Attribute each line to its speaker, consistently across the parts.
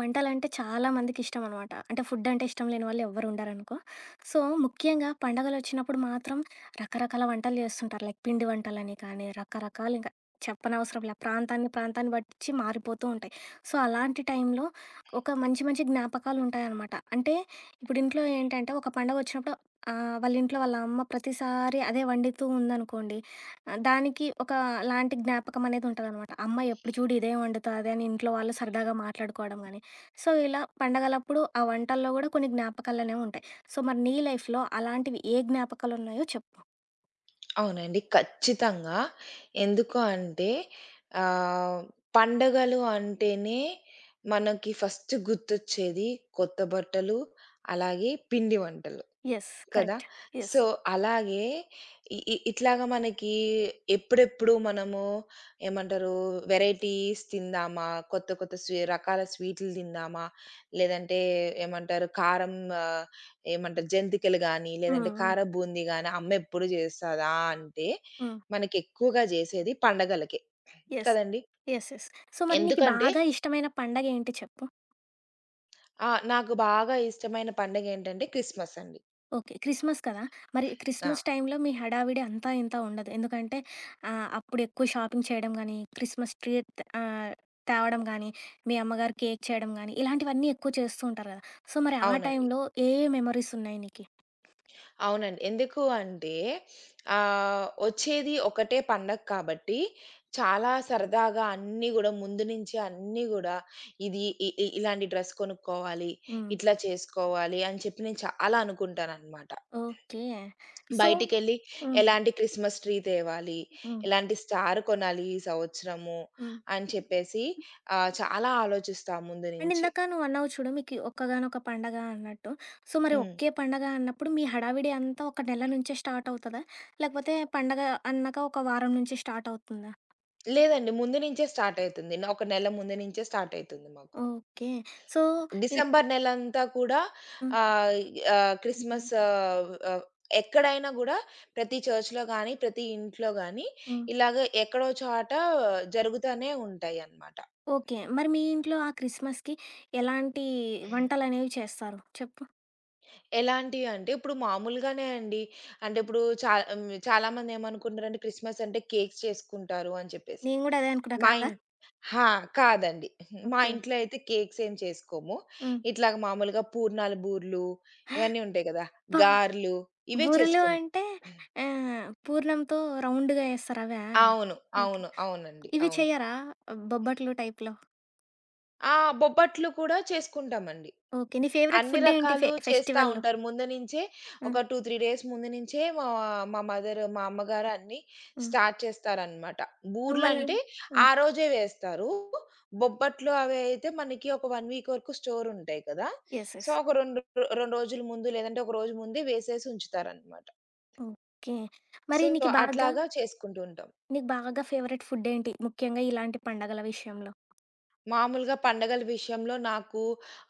Speaker 1: వంటలంటే చాలా మందికిష్టం అనమాట. అంటే ఫుడ్డంటే ఇష్టం లేని వాళ్ళు ఎవ్వరు ఉండరనుకో. సో, ముఖ్యంగా పండగలొచ్చినప్పుడు మాత్రం రకరకాల వంటలు చేస్తుంటారు. లైక్ పిండి వంటలని కానీ, రకరకాలింక చెప్పనవసరం లే. ప్రాంతాన్ని బట్టిచ్చి మారిపోతూ ఉంటాయి. సో, అలాంటి టైంలో ఒక మంచి జ్ఞాపకాలుంటాయనమాట. అంటే ఇప్పుడు ఇంట్లో ఏంటంటే ఒక పండగొచ్చినప్పుడు ఆహ్, వాళ్ళ ఇంట్లో వాళ్ళ అమ్మ ప్రతిసారి అదే వండుతూ ఉందనుకోండి, దానికి ఒక లాంటి జ్ఞాపకమనేది ఉంటదనమాట. అమ్మ ఎప్పుడు చూడు ఇదే వండుతాది అని ఇంట్లో వాళ్ళు సరదాగా మాట్లాడుకోవడం గానీ, సో, ఇలా పండగలప్పుడు ఆ వంటల్లో గూడా కొన్ని జ్ఞాపకాలనేవి ఉంటాయి. సో, మరి నీ లైఫ్‌లో అలాంటివి ఏ జ్ఞాపకాలున్నాయో చెప్పు?
Speaker 2: అవునండి. ఖచ్చితంగా. ఎందుకు అంటే ఆహ్, పండగలు అంటేనే మనకి ఫస్ట్ గుర్తొచ్చేది కొత్త బట్టలు, అలాగే పిండి వంటలు.
Speaker 1: యెస్.
Speaker 2: కదా!
Speaker 1: కరెక్ట్. యెస్.
Speaker 2: సో, అలాగే ఇ ఇ ఇట్లాగా మనకి ఎప్పుడెప్పుడు మనము ఏమంటారు వెరైటీస్ తిందామా? కొత్త కొత్త రకాల స్వీటులు తిందామా? లేదంటే ఏమంటారు కారం, ఆహ్, ఏమంటారు జంతికలు గానీ,
Speaker 1: హ్మ్.
Speaker 2: లేదంటే
Speaker 1: హ్మ్.
Speaker 2: కార బూందీ గానీ అమ్మెప్పుడు జేస్తదా అంటే,
Speaker 1: హ్మ్.
Speaker 2: మనకెక్కువగా జేసేది పండగలకే.
Speaker 1: యెస్.
Speaker 2: కదండీ!
Speaker 1: యెస్. యెస్. సో, మరి నీకు
Speaker 2: ఎందుకంటే
Speaker 1: బాగా ఇష్టమైన పండగేంటి చెప్పు?
Speaker 2: ఆ! నాకు బాగా ఇష్టమైన పండగేంటంటే క్రిస్మస్ అండి.
Speaker 1: ఓకే. క్రిస్మస్ కదా! మరి
Speaker 2: ఆ!
Speaker 1: క్రిస్మస్ టైంలో మీ హడావిడి అంతా ఇంతా ఉండదు. ఎందుకంటే అప్పుడు ఎక్కువ షాపింగ్ చేయడం గానీ, క్రిస్మస్ ట్రీ త ఆహ్, తేవడం గానీ, మీ అమ్మగారు కేక్ చేయడం గానీ, ఇలాంటివన్నీ ఎక్కువ చేస్తూ ఉంటారు గదా! సో, మరి ఆ
Speaker 2: అవునండి.
Speaker 1: టైంలో ఏ ఏ మెమోరీసున్నాయి నీకి?
Speaker 2: అవునండి. ఎందుకు అంటే వచ్చేది ఒకటే పండగ కాబట్టి చాలా సరదాగా అన్నీ గూడా ముందు నుంచే అన్నీ గూడా ఇది ఇ ఇ ఇలాంటి డ్రెస్ కొనుక్కోవాలి,
Speaker 1: హ్మ్.
Speaker 2: ఇట్లా చేసుకోవాలి అని చెప్పి నేను చాలా అనుకుంటాననమాట.
Speaker 1: ఓకే. సో.
Speaker 2: బయటికెళ్ళి
Speaker 1: హ్మ్.
Speaker 2: ఎలాంటి క్రిస్మస్ ట్రీ తేవాలి,
Speaker 1: హ్మ్.
Speaker 2: ఎలాంటి స్టార్ కొనాలి ఈ సంవత్సరము
Speaker 1: హ్మ్.
Speaker 2: అని చెప్పేసి చాలా ఆలోచిస్తా ముందు
Speaker 1: అండ్
Speaker 2: నుంచి.
Speaker 1: ఇందాక నువ్వన్నావు చూడు, మీకి ఒక్కగానొక పండగ అన్నట్టు. సో, మరి
Speaker 2: హ్మ్.
Speaker 1: ఒకే పండగ అన్నప్పుడు మీ హడావిడి అంతా ఒక నెల నుంచే స్టార్ట్ అవుతదా? లేకపోతే పండగ అన్నాక ఒక వారం నుంచి స్టార్ట్ అవుతుందా?
Speaker 2: లేదండి. ముందు నుంచే స్టార్ట్ అయితుంది. ఒక నెల ముందు నుంచే స్టార్ట్ అయితుంది మాకు.
Speaker 1: ఓకే. సో. ఇన్
Speaker 2: డిసెంబర్ నెలంతా కూడా
Speaker 1: హ్మ్.
Speaker 2: ఆహ్, ఆహ్, క్రిస్మస్, ఆహ్, ఆహ్, ఎక్కడైనా గూడా ప్రతి చర్చ్‌లో గాని, ప్రతి ఇంట్లో గాని
Speaker 1: హ్మ్.
Speaker 2: ఇలాగ ఎక్కడో చోట జరుగుతానే ఉంటాయన్నమాట.
Speaker 1: ఓకే. మరి మీ ఇంట్లో ఆ క్రిస్మస్‌కి ఎలాంటి వంటలనేవి చేస్తారు చెప్పు?
Speaker 2: ఎలాంటివి అంటే, ఇప్పుడు మామూలుగానే అండి. అంటే ఇప్పుడు చా హ్మ్. చాలామంది ఏమనుకుంటారంటే క్రిస్మస్ అంటే కేక్స్ చేసుకుంటారు అని చెప్పేసి.
Speaker 1: నేను గూడా అదే అనుకున్నా.
Speaker 2: మా
Speaker 1: కాదా?
Speaker 2: ఇన్ హా! కాదండి. మా
Speaker 1: ఓకే.
Speaker 2: ఇంట్లో అయితే కేక్స్ ఏం చేసుకోము.
Speaker 1: హ్మ్.
Speaker 2: ఇట్లాగ మామూలుగా పూర్ణాలు, బూర్లు, ఇవన్నీ ఉంటాయి కదా!
Speaker 1: అబ్బా!
Speaker 2: గారెలు, ఇవే
Speaker 1: బూరెలు
Speaker 2: చేసుకుం
Speaker 1: అంటే పూర్ణంతో రౌండ్‌గా ఏస్తారు అవా?
Speaker 2: అవును.
Speaker 1: ఓకే.
Speaker 2: అవును. అవునండి.
Speaker 1: ఇవి
Speaker 2: అవును.
Speaker 1: చెయ్యరా? బొబ్బట్లు టైప్‌లో?
Speaker 2: ఆ! బొబ్బట్లు కూడా చేసుకుంటామండి.
Speaker 1: ఓకే. నీ ఫేవరెట్
Speaker 2: అన్ని
Speaker 1: ఫుడ్ ఏంటి ఫె
Speaker 2: రకాలు చేస్తా
Speaker 1: ఫెస్టివల్‌లో?
Speaker 2: ఉంటారు. ముందు నించే ఒక
Speaker 1: హ్మ్.
Speaker 2: 2, 3 డేస్ ముందు నించే మా మా మదర్, మా అమ్మగారు అన్నీ
Speaker 1: హ్మ్.
Speaker 2: స్టార్ట్ చేస్తారనమాట.
Speaker 1: నువ్వు మళ్ళీ
Speaker 2: బూర్లంటే
Speaker 1: హ్మ్.
Speaker 2: ఆ రోజే వేస్తారు. బొబ్బట్లు అవి అయితే మనకి ఒక 1 వీక్ వరకు స్టోర్ ఉంటాయి కదా!
Speaker 1: యెస్.
Speaker 2: So,
Speaker 1: yes.
Speaker 2: ఒక 2 రోజుల ముందు లేదంటే ఒక రోజు ముందే వేసేసి ఉంచుతారనమాట.
Speaker 1: ఓకే. మరి
Speaker 2: సో,
Speaker 1: నీకు బాగా
Speaker 2: అట్లాగా చేసుకుంటూ ఉంటాం.
Speaker 1: నీకు బాగా ఫేవరెట్ ఫుడ్ ఏంటి? ముఖ్యంగా ఇలాంటి పండగల విషయంలో?
Speaker 2: మామూలుగా పండగల విషయంలో నాకు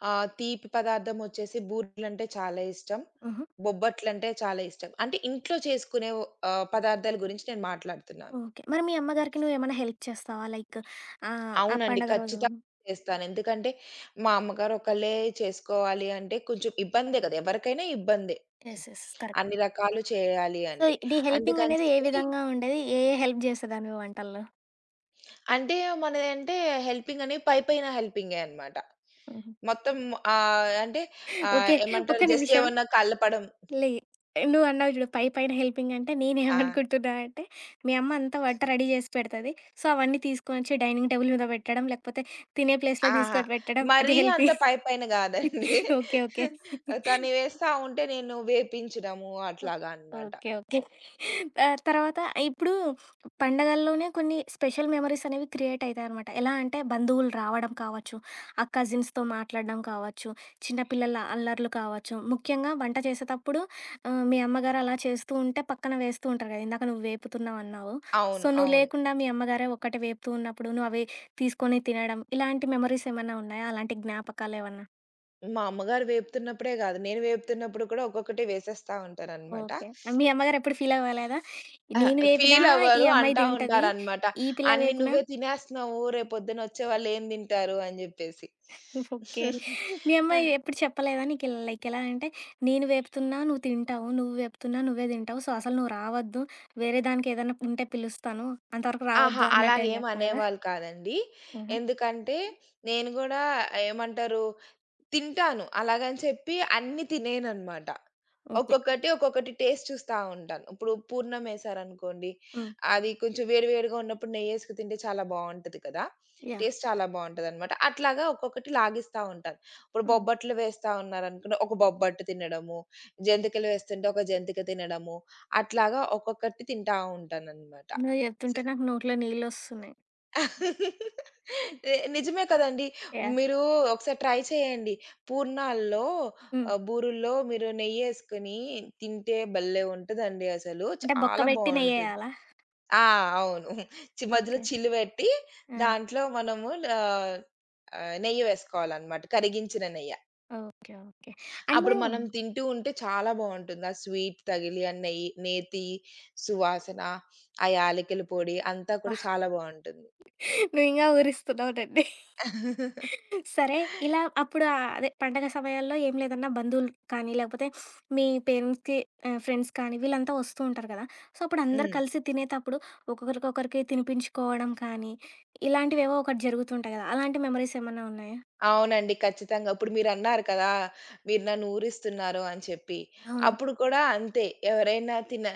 Speaker 2: తీపి పదార్థం వచ్చేసి బూరెలంటే చాలా ఇష్టం.
Speaker 1: హుహు.
Speaker 2: బొబ్బట్లంటే చాలా ఇష్టం. అంటే ఇంట్లో చేసుకునే పదార్థాల గురించి నేను మాట్లాడుతున్నాను.
Speaker 1: ఓకే. మరి మీ అమ్మగారికి నువ్వేమైనా హెల్ప్ చేస్తావా? లైక్ ఆ
Speaker 2: అవునండి.
Speaker 1: పండగ రోజు?
Speaker 2: ఖచ్చితంగా చేస్తాను. ఎందుకంటే మా అమ్మగారు ఒకళ్ళే చేసుకోవాలి అంటే కొంచెం ఇబ్బందే కదా! ఎవరికైనా ఇబ్బందే.
Speaker 1: యెస్. యెస్. కరెక్ట్.
Speaker 2: అన్ని రకాలు చేయాలి
Speaker 1: సో,
Speaker 2: అంటే.
Speaker 1: నీ హెల్పింగ్
Speaker 2: అందుకని
Speaker 1: అనేది ఏ
Speaker 2: చెప్పి
Speaker 1: విధంగా ఉండేది? ఏ హెల్ప్ చేసేదానివి వంటల్లో?
Speaker 2: అంటే మనదంటే హెల్పింగని పైపైన హెల్పింగే అన్నమాట.
Speaker 1: హుహు.
Speaker 2: మొత్తం అంటే
Speaker 1: ఓకే. ఒక్క
Speaker 2: ఏమంటారు జస్ట్
Speaker 1: నిమిషం.
Speaker 2: ఏమన్నా కలపడం.
Speaker 1: లే నువ్వు అన్నావు జూడు పై పైన హెల్పింగ్ అంటే
Speaker 2: ఆ!
Speaker 1: నేనేమనుకుంటున్నా అంటే, మీ అమ్మ అంతా వంట రెడీ జేసి పెడతది. సో, అవన్నీ తీసుకొనొచ్చి డైనింగ్ టేబుల్ మీద పెట్టడం, లేకపోతే తినే ప్లేస్‌లో
Speaker 2: అహా!
Speaker 1: తీసుకొని పెట్టడం అది
Speaker 2: మరీ అంత
Speaker 1: హెల్పింగ్.
Speaker 2: పైపైన గాదండి.
Speaker 1: ఓకే. ఓకే.
Speaker 2: తను వేస్తా ఉంటే నేను వేపించడము
Speaker 1: ఓ
Speaker 2: అట్లాగా అన్నమాట.
Speaker 1: ఓకే. ఓకే. తర్వాత ఇప్పుడు పండగల్లోనే కొన్ని స్పెషల్ మెమోరీస్ అనేవి క్రియేట్ అయితాయనమాట. ఎలా అంటే బంధువులు రావడం కావచ్చు, ఆ కజిన్స్‌తో మాట్లాడడం కావచ్చు, చిన్న పిల్లల అల్లర్లు కావచ్చు, ముఖ్యంగా వంట చేసేతప్పుడు మీ అమ్మగారు అలా చేస్తూ ఉంటే పక్కన వేస్తూ ఉంటారు కదా! ఇందాక నువ్వు వేపుతున్నావన్నావు. సో,
Speaker 2: అవును.
Speaker 1: నువ్వు
Speaker 2: అవును.
Speaker 1: లేకుండా మీ అమ్మగారే ఒక్కటే వేపుతూ ఉన్నప్పుడు నువ్వు అవి తీసుకొని తినడం, ఇలాంటి మెమోరీస్ ఏమన్నా ఉన్నాయా? అలాంటి జ్ఞాపకాలేమన్నా?
Speaker 2: మా అమ్మగారు వేపుతున్నప్పుడే గాదు. నేను వేపుతున్నప్పుడు కూడా ఒక్కొక్కటి వేసేస్తా ఉంటానన్నమాట.
Speaker 1: ఓకే. మీ అమ్మగారు ఎప్పుడు ఫీల్ అవ్వలేదా?
Speaker 2: ఆ!
Speaker 1: నేను వేపినా ఈ
Speaker 2: ఫీలవ్వరు.
Speaker 1: అమ్మాయి
Speaker 2: అంటా
Speaker 1: తింటది.
Speaker 2: ఉంటారనమాట.
Speaker 1: ఈ పిల్ల
Speaker 2: అన్నీ
Speaker 1: వేపినా
Speaker 2: నువ్వే తినేస్తున్నావు. రేపొద్దునొచ్చే వాళ్ళేం తింటారు అని జెప్పేసి.
Speaker 1: ఓకే. మీ అమ్మాయి
Speaker 2: ఆ!
Speaker 1: ఎప్పుడు చెప్పలేదా నీకు లైక్ ఎలా అంటే, నేను వేపుతున్నా నువ్వు తింటావు. నువ్వు వేపుతున్నా నువ్వే తింటావు. సో, అసలు నువ్వు రావద్దు. వేరే దానికి ఏదైనా ఉంటే పిలుస్తాను. అంతవరకు
Speaker 2: అహా!
Speaker 1: రావద్దు అన్నట్టేం చెప్పలేదా?
Speaker 2: అలాగేమనేవాళ్ళు కాదండి.
Speaker 1: ఆహా!
Speaker 2: ఎందుకంటే నేను గూడా ఏమంటారు తింటాను. అలాగని చెప్పి అన్నీ తినేయననమాట.
Speaker 1: ఓకే.
Speaker 2: ఒక్కొక్కటి, ఒక్కొక్కటి టేస్ట్ చూస్తా ఉంటాను. ఇప్పుడు పూర్ణం ఏసారనుకోండి,
Speaker 1: హ్మ్.
Speaker 2: అది కొంచెం వేడి వేడిగా ఉన్నప్పుడు నెయ్యేసుకు తింటే చాలా బావుంటది కదా!
Speaker 1: యాహ్!
Speaker 2: టేస్ట్ చాలా బావుంటదనమాట. అట్లాగా ఒక్కొక్కటి లాగిస్తా ఉంటాను. ఇప్పుడు
Speaker 1: హ్మ్.
Speaker 2: బొబ్బట్లు వేస్తా ఉన్నారనుకోండి, ఒక బొబ్బట్టు తినడము, జంతికలు వేస్తుంటే ఒక జంతిక తినడము, అట్లాగా ఒక్కొక్కటి తింటా ఉంటాననమాట.
Speaker 1: నువ్వు చెప్తుంటే నాకు నోట్లో నీళ్ళొస్తున్నాయి.
Speaker 2: నిజమే కదండీ.
Speaker 1: యాహ్!
Speaker 2: మీరు ఒకసారి ట్రై చేయండి. పూర్ణాల్లో,
Speaker 1: హ్మ్.
Speaker 2: బూరుల్లో మీరు నెయ్యేసుకొని తింటే భలే ఉంటదండి అసలు.
Speaker 1: అంటే బొక్క
Speaker 2: చాలా
Speaker 1: బెట్టి
Speaker 2: బావుంటది.
Speaker 1: నెయ్యేయాలా?
Speaker 2: ఆ! అవును. మధ్యలో
Speaker 1: ఓకే.
Speaker 2: చిల్లు పెట్టి
Speaker 1: ఆ!
Speaker 2: దాంట్లో మనము ఆహ్, ఆహ్, నెయ్యి వేసుకోవాలన్నమాట. కరిగించిన నెయ్య.
Speaker 1: ఓకే. ఓకే. అండ్
Speaker 2: అప్పుడు మనం తింటూ ఉంటే చాలా బావుంటుంది. ఆ స్వీట్ తగిలి, ఆ నెయ్యి, నేతి సువాసన, ఆ యాలకుల పొడి అంతా కూడా చాలా బావుంటుంది.
Speaker 1: నువ్వింగా ఊరిస్తున్నావునండి. సరే ఇలా అప్పుడు అదే పండగ సమయాల్లో ఏం లేదన్నా బంధువులు కానీ, లేకపోతే మీ పేరెంట్స్‌కి ఫ్రెండ్స్ కానీ వీళ్ళంతా వస్తూ ఉంటారు కదా! సో, అప్పుడు అందరూ
Speaker 2: హ్మ్.
Speaker 1: కలిసి తినేతప్పుడు ఒకరికొకరికి తినిపించుకోవడం కానీ, ఇలాంటివేవో ఒకటి జరుగుతుంటాయి కదా! అలాంటి మెమరీస్ ఏమన్నా ఉన్నాయా?
Speaker 2: అవునండి. ఖచ్చితంగా. ఇప్పుడు మీరన్నారు కదా! మీరు నన్ను ఊరిస్తున్నారు అని చెప్పి.
Speaker 1: అవును.
Speaker 2: అప్పుడు కూడా అంతే. ఎవరైనా తిన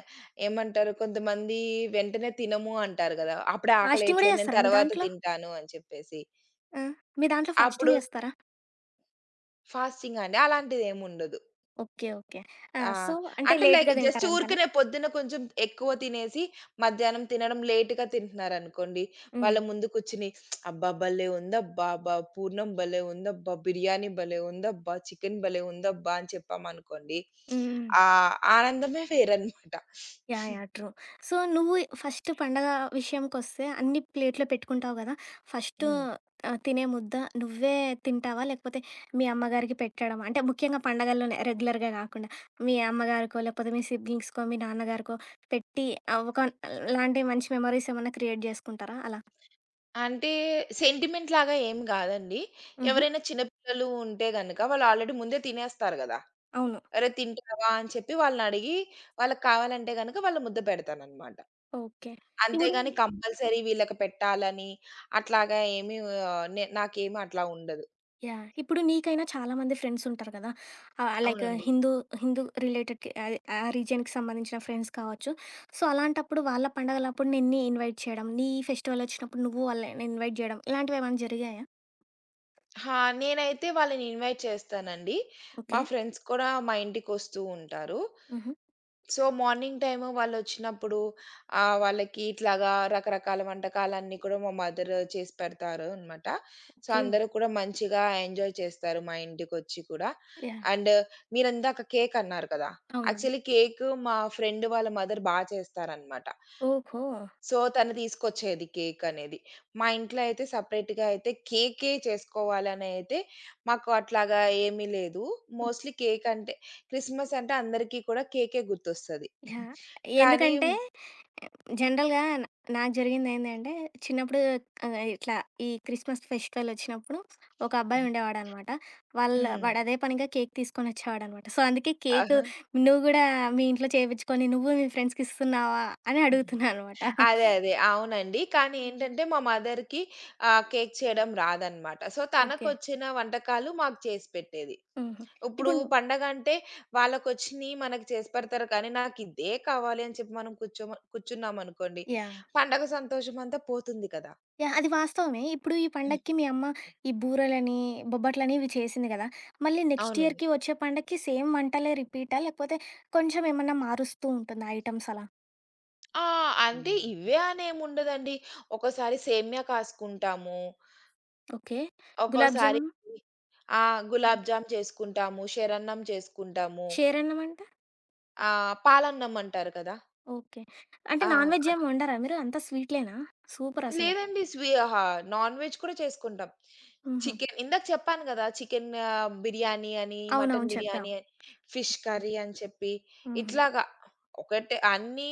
Speaker 2: ఏమంటారు కొంతమంది వెంటనే తినము అంటారు గదా! అప్పుడే
Speaker 1: ఫాస్టింగ్ గూడా
Speaker 2: ఆకలేయట్లేదు, నేను
Speaker 1: చేస్తారా మీ
Speaker 2: తర్వాత
Speaker 1: దాంట్లో?
Speaker 2: తింటాను అని చెప్పేసి.
Speaker 1: ఆ! మీ దాంట్లో
Speaker 2: అప్పుడు
Speaker 1: ఫాస్టింగ్ చేస్తారా?
Speaker 2: ఫాస్టింగా అండి? అలాంటిదేముండదు.
Speaker 1: ఓకే. ఓకే. ఆ!
Speaker 2: ఆ!
Speaker 1: సో, అంటే
Speaker 2: అంటే లైక్
Speaker 1: లేట్‌గా
Speaker 2: జస్ట్
Speaker 1: తింటారంటానా?
Speaker 2: ఊరికనే పొద్దున కొంచెం ఎక్కువ తినేసి, మధ్యాహ్నం తినడం లేట్‌గా తింటున్నారనుకోండి.
Speaker 1: హ్మ్.
Speaker 2: వాళ్ళ ముందు కూర్చొని, "అబ్బా! భలే ఉందబ్బా! అబ్బా! పూర్ణం భలే ఉందబ్బా! బిర్యానీ భలే ఉందబ్బా! చికెన్ భలే ఉందబ్బా!" అని చెప్పామనుకోండి,
Speaker 1: హ్మ్. హ్మ్.
Speaker 2: ఆ ఆనందమే వేరన్నమాట.
Speaker 1: యాహ్! యాహ్! ట్రూ. సో, నువ్వు ఫస్ట్ పండగ విషయంకొస్తే అన్ని ప్లేట్‌లో పెట్టుకుంటావు గదా! ఫస్ట్
Speaker 2: హ్మ్.
Speaker 1: తినే ముద్ద నువ్వే తింటావా? లేకపోతే మీ అమ్మగారికి పెట్టడం అంటే ముఖ్యంగా పండగల్లోనే రెగ్యులర్‌గా గాకుండా మీ అమ్మగారికో, లేకపోతే మీ సిబ్లింగ్స్‌కో, మీ నాన్నగారికో పెట్టి ఒక లాంటి మంచి మెమోరీస్ ఏమన్నా క్రియేట్ జేసుకుంటారా అలా?
Speaker 2: అంటే సెంటిమెంట్ లాగా ఏం గాదండి.
Speaker 1: హుహు.
Speaker 2: ఎవరైనా చిన్న పిల్లలు ఉంటే గనక వాళ్ళు ఆల్రెడీ ముందే తినేస్తారు గదా!
Speaker 1: అవును.
Speaker 2: "అరె! తింటావా?" అని చెప్పి వాళ్ళనడిగి వాళ్ళకి కావాలంటే గనక వాళ్ళ ముద్ద పెడతానన్నమాట.
Speaker 1: ఓకే. ఇప్పుడు
Speaker 2: అంతేగాని కంపల్సరీ వీళ్ళకి పెట్టాలని అట్లాగా ఏమి ఆహ్, నే నాకేమి అట్లా ఉండదు.
Speaker 1: యాహ్! ఇప్పుడు నీకైనా చాలా మంది ఫ్రెండ్స్ ఉంటారు కదా! లైక్
Speaker 2: అవునండి.
Speaker 1: హిందూ హిందూ రిలేటెడ్‌కి అది ఆ రీజియన్‌కి సంబంధించిన ఫ్రెండ్స్ కావచ్చు. సో, అలాంటప్పుడు వాళ్ళ పండగలప్పుడు నిన్ని ఇన్వైట్ చేయడం, నీ ఫెస్టివల్ వచ్చినప్పుడు నువ్వు వాళ్ళని ఇన్వైట్ చేయడం ఇలాంటివి ఏమైనా జరిగాయా?
Speaker 2: ఆ! నేనైతే వాళ్ళని ఇన్వైట్ చేస్తానండి.
Speaker 1: ఓకే.
Speaker 2: మా ఫ్రెండ్స్ కూడా మా ఇంటికొస్తూ ఉంటారు.
Speaker 1: హుహు.
Speaker 2: సో, మార్నింగ్ టైమ్ వాళ్ళొచ్చినప్పుడు, వాళ్ళకి ఇట్లాగా రకరకాల వంటకాలన్నీ కూడా మా మదర్ చేసి పెడతారు అనమాట. So,
Speaker 1: okay.
Speaker 2: అందరూ కూడా మంచిగా ఎంజాయ్ చేస్తారు మా ఇంటికొచ్చి కూడా.
Speaker 1: యాహ్!
Speaker 2: అండ్ మీరిందాక కేక్ అన్నారు కదా!
Speaker 1: అవునండి.
Speaker 2: యాక్చువల్లీ కేక్ మా ఫ్రెండ్ వాళ్ళ మదర్ చేస్తారనమాట.
Speaker 1: ఓహో!
Speaker 2: సో, తను తీసుకొచ్చేది కేక్ అనేది. మా ఇంట్లో అయితే సెపరేట్‌గా అయితే కేకే చేసుకోవాలనైతే మాకు అట్లాగా ఏమీ లేదు. మోస్ట్‌లీ కేక్ అంటే క్రిస్మస్ అంటే అందరికీ కూడా కేకే గుర్తొస్తది.
Speaker 1: యాహ్! అది
Speaker 2: కానీ
Speaker 1: ఎందుకంటే జనరల్‌గా నాకు జరిగిందేందంటే, చిన్నప్పుడు ఇట్లా ఈ క్రిస్మస్ ఫెస్టివల్ ఒచ్చినప్పుడు, ఒక అబ్బాయి ఉండేవాడనమాట. వాళ్ళ
Speaker 2: హ్మ్.
Speaker 1: వాడు అదే పనిగా కేక్ తీసుకొనొచ్చేవాడనమాట. సో, అందుకే కేకు
Speaker 2: ఆహా!
Speaker 1: నువ్వు గూడా మీ ఇంట్లో చేపిచ్చుకొని, నువ్వు మీ ఫ్రెండ్స్‌కిస్తున్నావా అని అడుగుతున్నా అనమాట.
Speaker 2: అదే. అదే. అవునండి. కానీ ఏంటంటే మా మదర్‌కి కేక్ చేయడం రాదనమాట. So,
Speaker 1: okay.
Speaker 2: తనకొచ్చిన వంటకాలు మాకు చేసి పెట్టేది.
Speaker 1: హుహు.
Speaker 2: ఇప్పుడు
Speaker 1: ఇప్పుడు నువ్వు
Speaker 2: పండగంటే వాళ్ళకొచ్చినియి మనకి చేసి పెడతారు కానీ, నాకిదే కావాలి అని చెప్పి మనం కూర్చున్నామనుకోండి,
Speaker 1: యాహ్!
Speaker 2: పండగ సంతోషమంతా పోతుంది కదా!
Speaker 1: యాహ్! అది వాస్తవమే. ఇప్పుడు ఈ
Speaker 2: హ్మ్.
Speaker 1: పండక్కి మీ అమ్మ ఈ బూరెలని, బొబ్బట్లని ఇవి చేసింది కదా! మళ్ళీ నెక్స్ట్
Speaker 2: అవునండి.
Speaker 1: ఇయర్‌కి వచ్చే పండక్కి సేమ్ వంటలే రిపీటా? లేకపోతే కొంచెం ఏమన్నా మారుస్తూ ఉంటుందా ఐటెమ్స్ అలా?
Speaker 2: ఆ! అంటే ఇవే అనేముండదండి. ఒక్కోసారి సేమ్యా కాసుకుంటాము.
Speaker 1: ఓకే. గులాబ్
Speaker 2: ఒక్కోసారి
Speaker 1: జామున్,
Speaker 2: ఆ! గులాబ్ జామ్ చేసుకుంటాము, షేరన్నం చేసుకుంటాము.
Speaker 1: షేరన్నం అంట?
Speaker 2: ఆహ్, పాలన్నం అంటారు కదా!
Speaker 1: ఓకే. అంటే
Speaker 2: ఆ!
Speaker 1: నాన్ వెజ్ ఏమి వండరా మీరు? అంతా స్వీట్‌లేనా? సూపరసలు.
Speaker 2: లేదండి. అహా! నాన్ వెజ్ కూడా చేసుకుంటాం.
Speaker 1: హుహు.
Speaker 2: చికెన్ ఇందాక చెప్పాను గదా! చికెన్ బిర్యానీ అని, మటన్
Speaker 1: అవునవును చెప్పావు.
Speaker 2: బిర్యానీ అని, ఫిష్ కర్రీ అని చెప్పి
Speaker 1: హుహు.
Speaker 2: ఇట్లాగా ఒకటే అన్నీ,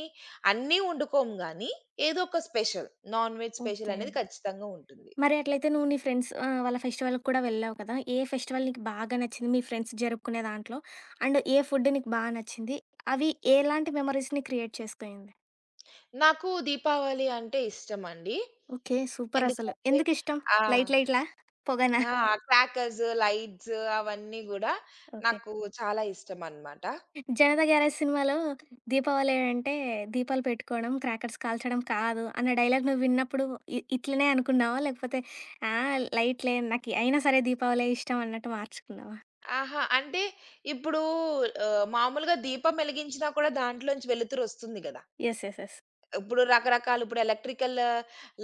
Speaker 2: అన్నీ వండుకోము గానీ, ఏదో ఒక special, non veg special
Speaker 1: okay.
Speaker 2: అనేది ఖచ్చితంగా ఉంటుంది.
Speaker 1: మరి అట్లయితే నువ్వు నీ ఫ్రెండ్స్ వాళ్ళ ఫెస్టివల్‌కి కూడా వెళ్ళావు కదా! ఏ ఫెస్టివల్ నీకు బాగా నచ్చింది మీ ఫ్రెండ్స్ జరుపుకునే దాంట్లో? అండ్ ఏ ఫుడ్ నీకు నచ్చింది? అవి ఎలాంటి మెమోరీస్‌ని క్రియేట్ చేసుకునింది?
Speaker 2: నాకు దీపావళి అంటే ఇష్టమండి.
Speaker 1: ఓకే. సూపర్ అసలు.
Speaker 2: ఎందుకంటే
Speaker 1: ఎందుకిష్టం?
Speaker 2: ఆ!
Speaker 1: లైట్‌లా? పొగనా?
Speaker 2: ఆ! క్రాకర్స్, లైట్స్ అవన్నీ గూడా
Speaker 1: ఓకే.
Speaker 2: నాకు చాలా ఇష్టమనమాట.
Speaker 1: 'జనతా గ్యారేజ్' సినిమాలో దీపావళి అంటే దీపాలు పెట్టుకోవడం, క్రాకర్స్ కాల్చడం కాదు అన్న డైలాగ్ నువ్వు విన్నప్పుడు ఇట్లనే అనుకున్నావా? లేకపోతే ఆ! లైట్‌లే నాకు అయినా సరే దీపావళే ఇష్టం అన్నట్టు మార్చుకున్నావా?
Speaker 2: ఆహా! అంటే ఇప్పుడు, మామూలుగా దీపం వెలిగించినా కూడా దాంట్లోంచి వెలుతురొస్తుంది గదా!
Speaker 1: యెస్. యెస్. యెస్.
Speaker 2: ఇప్పుడు రకరకాలు ఇప్పుడు ఎలక్ట్రికల్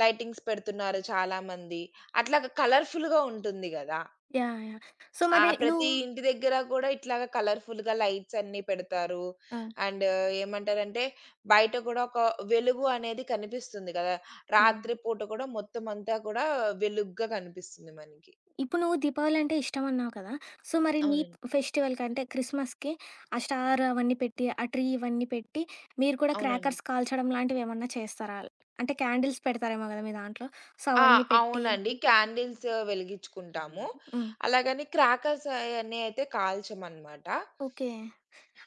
Speaker 2: లైటింగ్స్ పెడుతున్నారు చాలామంది. అట్లా కలర్‌ఫుల్‌గా ఉంటుంది గదా!
Speaker 1: యాహ్! యాహ్! సో,
Speaker 2: ఆ!
Speaker 1: మరి నువ్వు
Speaker 2: ప్రతి ఇంటి దగ్గర కూడా ఇట్లాగా కలర్‌ఫుల్‌గా లైట్స్ అన్నీ పెడతారు.
Speaker 1: ఆ!
Speaker 2: అండ్ ఏమంటారంటే బయట కూడా ఒక వెలుగు అనేది కనిపిస్తుంది గదా!
Speaker 1: హ్మ్.
Speaker 2: రాత్రి పూట కూడా మొత్తం అంతా కూడా వెలుగ్గా కనిపిస్తుంది మనకి.
Speaker 1: ఇప్పుడు నువ్వు దీపావళి అంటే ఇష్టమన్నావు కదా! సో, మరి నీ
Speaker 2: అవునండి.
Speaker 1: ఫెస్టివల్‌కంటే క్రిస్మస్‌కి ఆ స్టార్ అవన్నీ పెట్టి, ఆ ట్రీ ఇవన్నీ పెట్టి, మీరు కూడా
Speaker 2: అవునండి.
Speaker 1: క్రాకర్స్ కాల్చడం లాంటివేమన్నా చేస్తారా? అంటే క్యాండిల్స్ పెడతారేమో గదా! మీ దాంట్లో. సో,
Speaker 2: ఆ!
Speaker 1: అవన్నీ పెట్టి
Speaker 2: అవునండి.
Speaker 1: అవునండి.
Speaker 2: క్యాండిల్స్ వెలిగిచ్చుకుంటాము.
Speaker 1: హ్మ్.
Speaker 2: అలాగని క్రాకర్స్ అయన్నీ అయితే కాల్చమనమాట.
Speaker 1: ఓకే.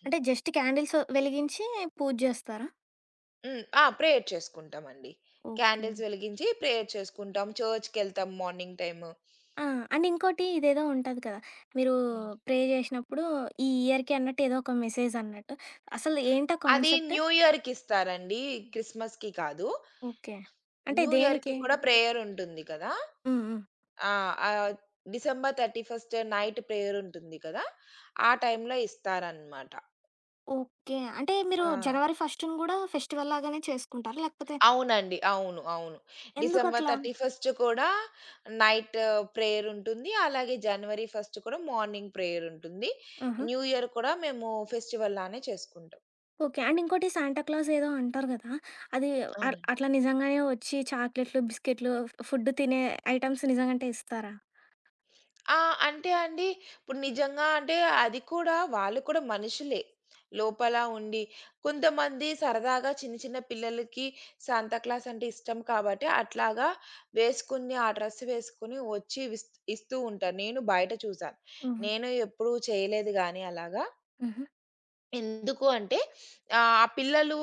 Speaker 1: అంటే జస్ట్ క్యాండిల్స్ వెలిగించి పూజ జేస్తారా?
Speaker 2: హ్మ్. ఆ! ప్రేయర్ చేసుకుంటామండి.
Speaker 1: ఓకే.
Speaker 2: క్యాండిల్స్ వెలిగించి ప్రేయర్ చేసుకుంటాం. చర్చ్‌కెళ్తాం మార్నింగ్ టైము.
Speaker 1: ఆ! అండ్ ఇంకోటి ఇదేదో ఉంటది కదా! మీరు
Speaker 2: హ్మ్.
Speaker 1: ప్రే జేసినప్పుడు ఈ ఇయర్‌కి అన్నట్టు ఏదో ఒక మెసేజ్ అన్నట్టు. అసలు ఏంటా
Speaker 2: అది
Speaker 1: కాన్సెప్ట్?
Speaker 2: న్యూ ఇయర్‌కిస్తారండి. క్రిస్మస్‌కి కాదు.
Speaker 1: ఓకే. అంటే
Speaker 2: న్యూ
Speaker 1: దేనికి?
Speaker 2: ఇయర్‌కి కూడా ప్రేయర్ ఉంటుంది కదా!
Speaker 1: హ్మ్. హ్మ్.
Speaker 2: ఆ! ఆహ్, డిసెంబర్ 31 నైట్ ప్రేయర్ ఉంటుంది కదా! ఆ టైంలో ఇస్తారనమాట.
Speaker 1: ఓకే. అంటే మీరు
Speaker 2: ఆ!
Speaker 1: జనవరి 1ని గూడా ఫెస్టివల్ లాగానే చేసుకుంటారా? లేకపోతే
Speaker 2: అవునండి. అవును. అవును. డిసెంబర్
Speaker 1: ఎందుకట్లా?
Speaker 2: 31 కూడా నైట్ ప్రేయర్ ఉంటుంది. అలాగే జనవరి 1 కూడా మార్నింగ్ ప్రేయర్ ఉంటుంది.
Speaker 1: ఆహా!
Speaker 2: న్యూ ఇయర్ కూడా మేము ఫెస్టివల్ లానే చేసుకుంటాం.
Speaker 1: ఓకే. అండ్ ఇంకోటి సాంటా క్లాస్ ఏదో అంటారు గదా! అది అట్
Speaker 2: అవునండి.
Speaker 1: అట్లా నిజంగానే వచ్చి చాక్లెట్లు, బిస్కెట్లు, ఫుడ్ తినే ఐటెమ్స్ నిజంగంటే ఇస్తారా?
Speaker 2: ఆ! అంటే అండి, ఇప్పుడు నిజంగా అంటే అది కూడా, వాళ్ళు కూడా మనుషులే. లోపల ఉండి కొంతమంది సరదాగా చిన్న చిన్న పిల్లలకి సాంతా క్లాస్ అంటే ఇష్టం కాబట్టి అట్లాగా వేసుకుని, ఆ డ్రెస్ వేసుకొని వచ్చి ఇస్తూ ఉంటారు. నేను బయట చూసాను.
Speaker 1: హుహు.
Speaker 2: నేను ఎప్పుడూ చేయలేదు గానీ అలాగా.
Speaker 1: హుహు.
Speaker 2: ఎందుకు అంటే ఆ పిల్లలు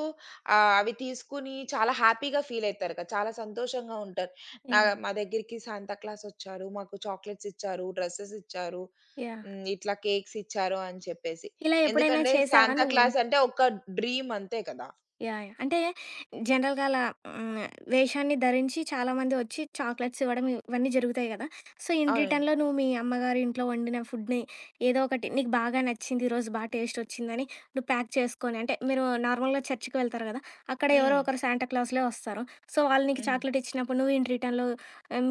Speaker 2: అవి తీసుకొని చాలా హ్యాపీగా ఫీల్ అయితారు కదా! చాలా సంతోషంగా ఉంటారు. నా
Speaker 1: యాహ్!
Speaker 2: మా దగ్గరికి సాంతా క్లాస్ వచ్చారు. మాకు చాక్లెట్స్ ఇచ్చారు, డ్రెసెస్ ఇచ్చారు.
Speaker 1: యాహ్!
Speaker 2: హ్మ్. ఇట్లా కేక్స్ ఇచ్చారు అని చెప్పేసి.
Speaker 1: ఇలా ఎప్పుడైనా
Speaker 2: ఎందుకంటే
Speaker 1: చేసావా
Speaker 2: సాంతా
Speaker 1: నువ్వు?
Speaker 2: క్లాస్ అంటే ఒక డ్రీమ్ అంతే కదా!
Speaker 1: యాహ్! యాహ్! అంటే జనరల్‌గా అలా హ్మ్. వేషాన్ని ధరించి చాలామంది వచ్చి చాక్లెట్స్ ఇవ్వడం ఇవన్నీ జరుగుతాయి గదా! సో, ఇన్ హ్మ్.
Speaker 2: అవునండి.
Speaker 1: రిటర్న్‌లో నువ్వు మీ అమ్మగారి ఇంట్లో వండిన ఫుడ్‌ని ఏదో ఒకటి నీకు బాగా నచ్చింది, ఈరోజు బా టేస్ట్ వచ్చిందని నువ్వు ప్యాక్ చేసుకొని అంటే మీరు నార్మల్‌గా చర్చ్‌కి వెళ్తారు గదా! అక్కడ ఎవరో
Speaker 2: హ్మ్.
Speaker 1: హ్మ్. ఒకరు శాంటా క్లాస్‌లే వస్తారు. సో, వాళ్ళు నీకు హ్మ్.
Speaker 2: హ్మ్.
Speaker 1: చాక్లెట్ ఇచ్చినప్పుడు నువ్వు ఇన్ రిటర్న్‌లో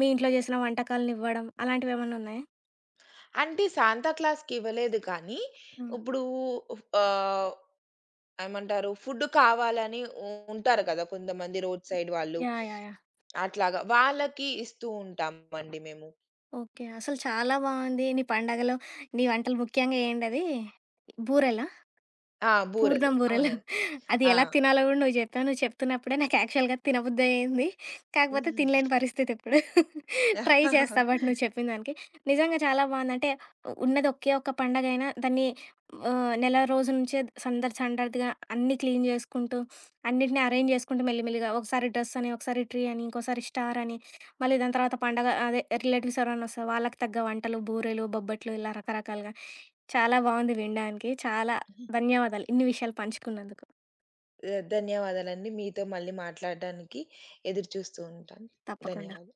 Speaker 1: మీ ఇంట్లో చేసిన వంటకాలను ఇవ్వడం అలాంటివేమన్నా ఉన్నాయా?
Speaker 2: అంటే సాంతా క్లాస్‌కి ఇవ్వలేదు కానీ,
Speaker 1: హ్మ్.
Speaker 2: ఇప్పుడు ఆహ్, ఏమంటారు ఫుడ్ కావాలని ఉంటారు కదా! కొంతమంది రోడ్ సైడ్ వాళ్ళు
Speaker 1: యాహ్! యాహ్! యాహ్!
Speaker 2: అట్లాగా. వాళ్ళకి ఇస్తూ ఉంటామండి మేము.
Speaker 1: ఓకే. అసలు చాలా బావుంది. నీ పండగలో నీ వంటలు ముఖ్యంగా ఏంటది బూరెలా?
Speaker 2: ఆ! బూరెలు.
Speaker 1: పూర్ణం బూరెలు.
Speaker 2: అవునండి.
Speaker 1: అది
Speaker 2: ఆ!
Speaker 1: ఎలా తినాలో గూడా నువ్వు జెప్పావు. నువ్వు చెప్తున్నప్పుడే నాకు యాక్చువల్‌గా తినబుద్దయింది. కాకపోతే తినలేని పరిస్థితి ఇప్పుడు.
Speaker 2: ధ
Speaker 1: ట్రై చేస్తా బట్ నువ్వు చెప్పిన దానికి. నిజంగా చాలా బావుంది. అంటే ఉన్నది ఒకే ఒక్క పండగైనా దాన్ని నెల రోజుల నుంచే సందడి సందడిగా అన్నీ క్లీన్ జేసుకుంటూ, అన్నిటిని అరేంజ్ జేసుకుంటూ మెల్లిమెల్లిగా ఒకసారి డ్రెస్ అని, ఒకసారి ట్రీ అని, ఇంకోసారి స్టార్ అని, మళ్ళీ దాని తర్వాత పండగ అదే రిలేటివ్స్ ఎవరైనా వస్తే వాళ్ళకి తగ్గ వంటలు, బూరెలు, బొబ్బట్లు ఇలా రకరకాలుగా. చాలా బావుంది వినడానికి. చాలా ధన్యవాదాలు. ఇన్ని విషయాలు పంచుకున్నందుకు.
Speaker 2: ధన్యవాదాలండి. మీతో మళ్ళీ మాట్లాడడానికి ఎదురు చూస్తూ ఉంటాను.
Speaker 1: తప్పకుండా.
Speaker 2: ధన్యవాదాలు.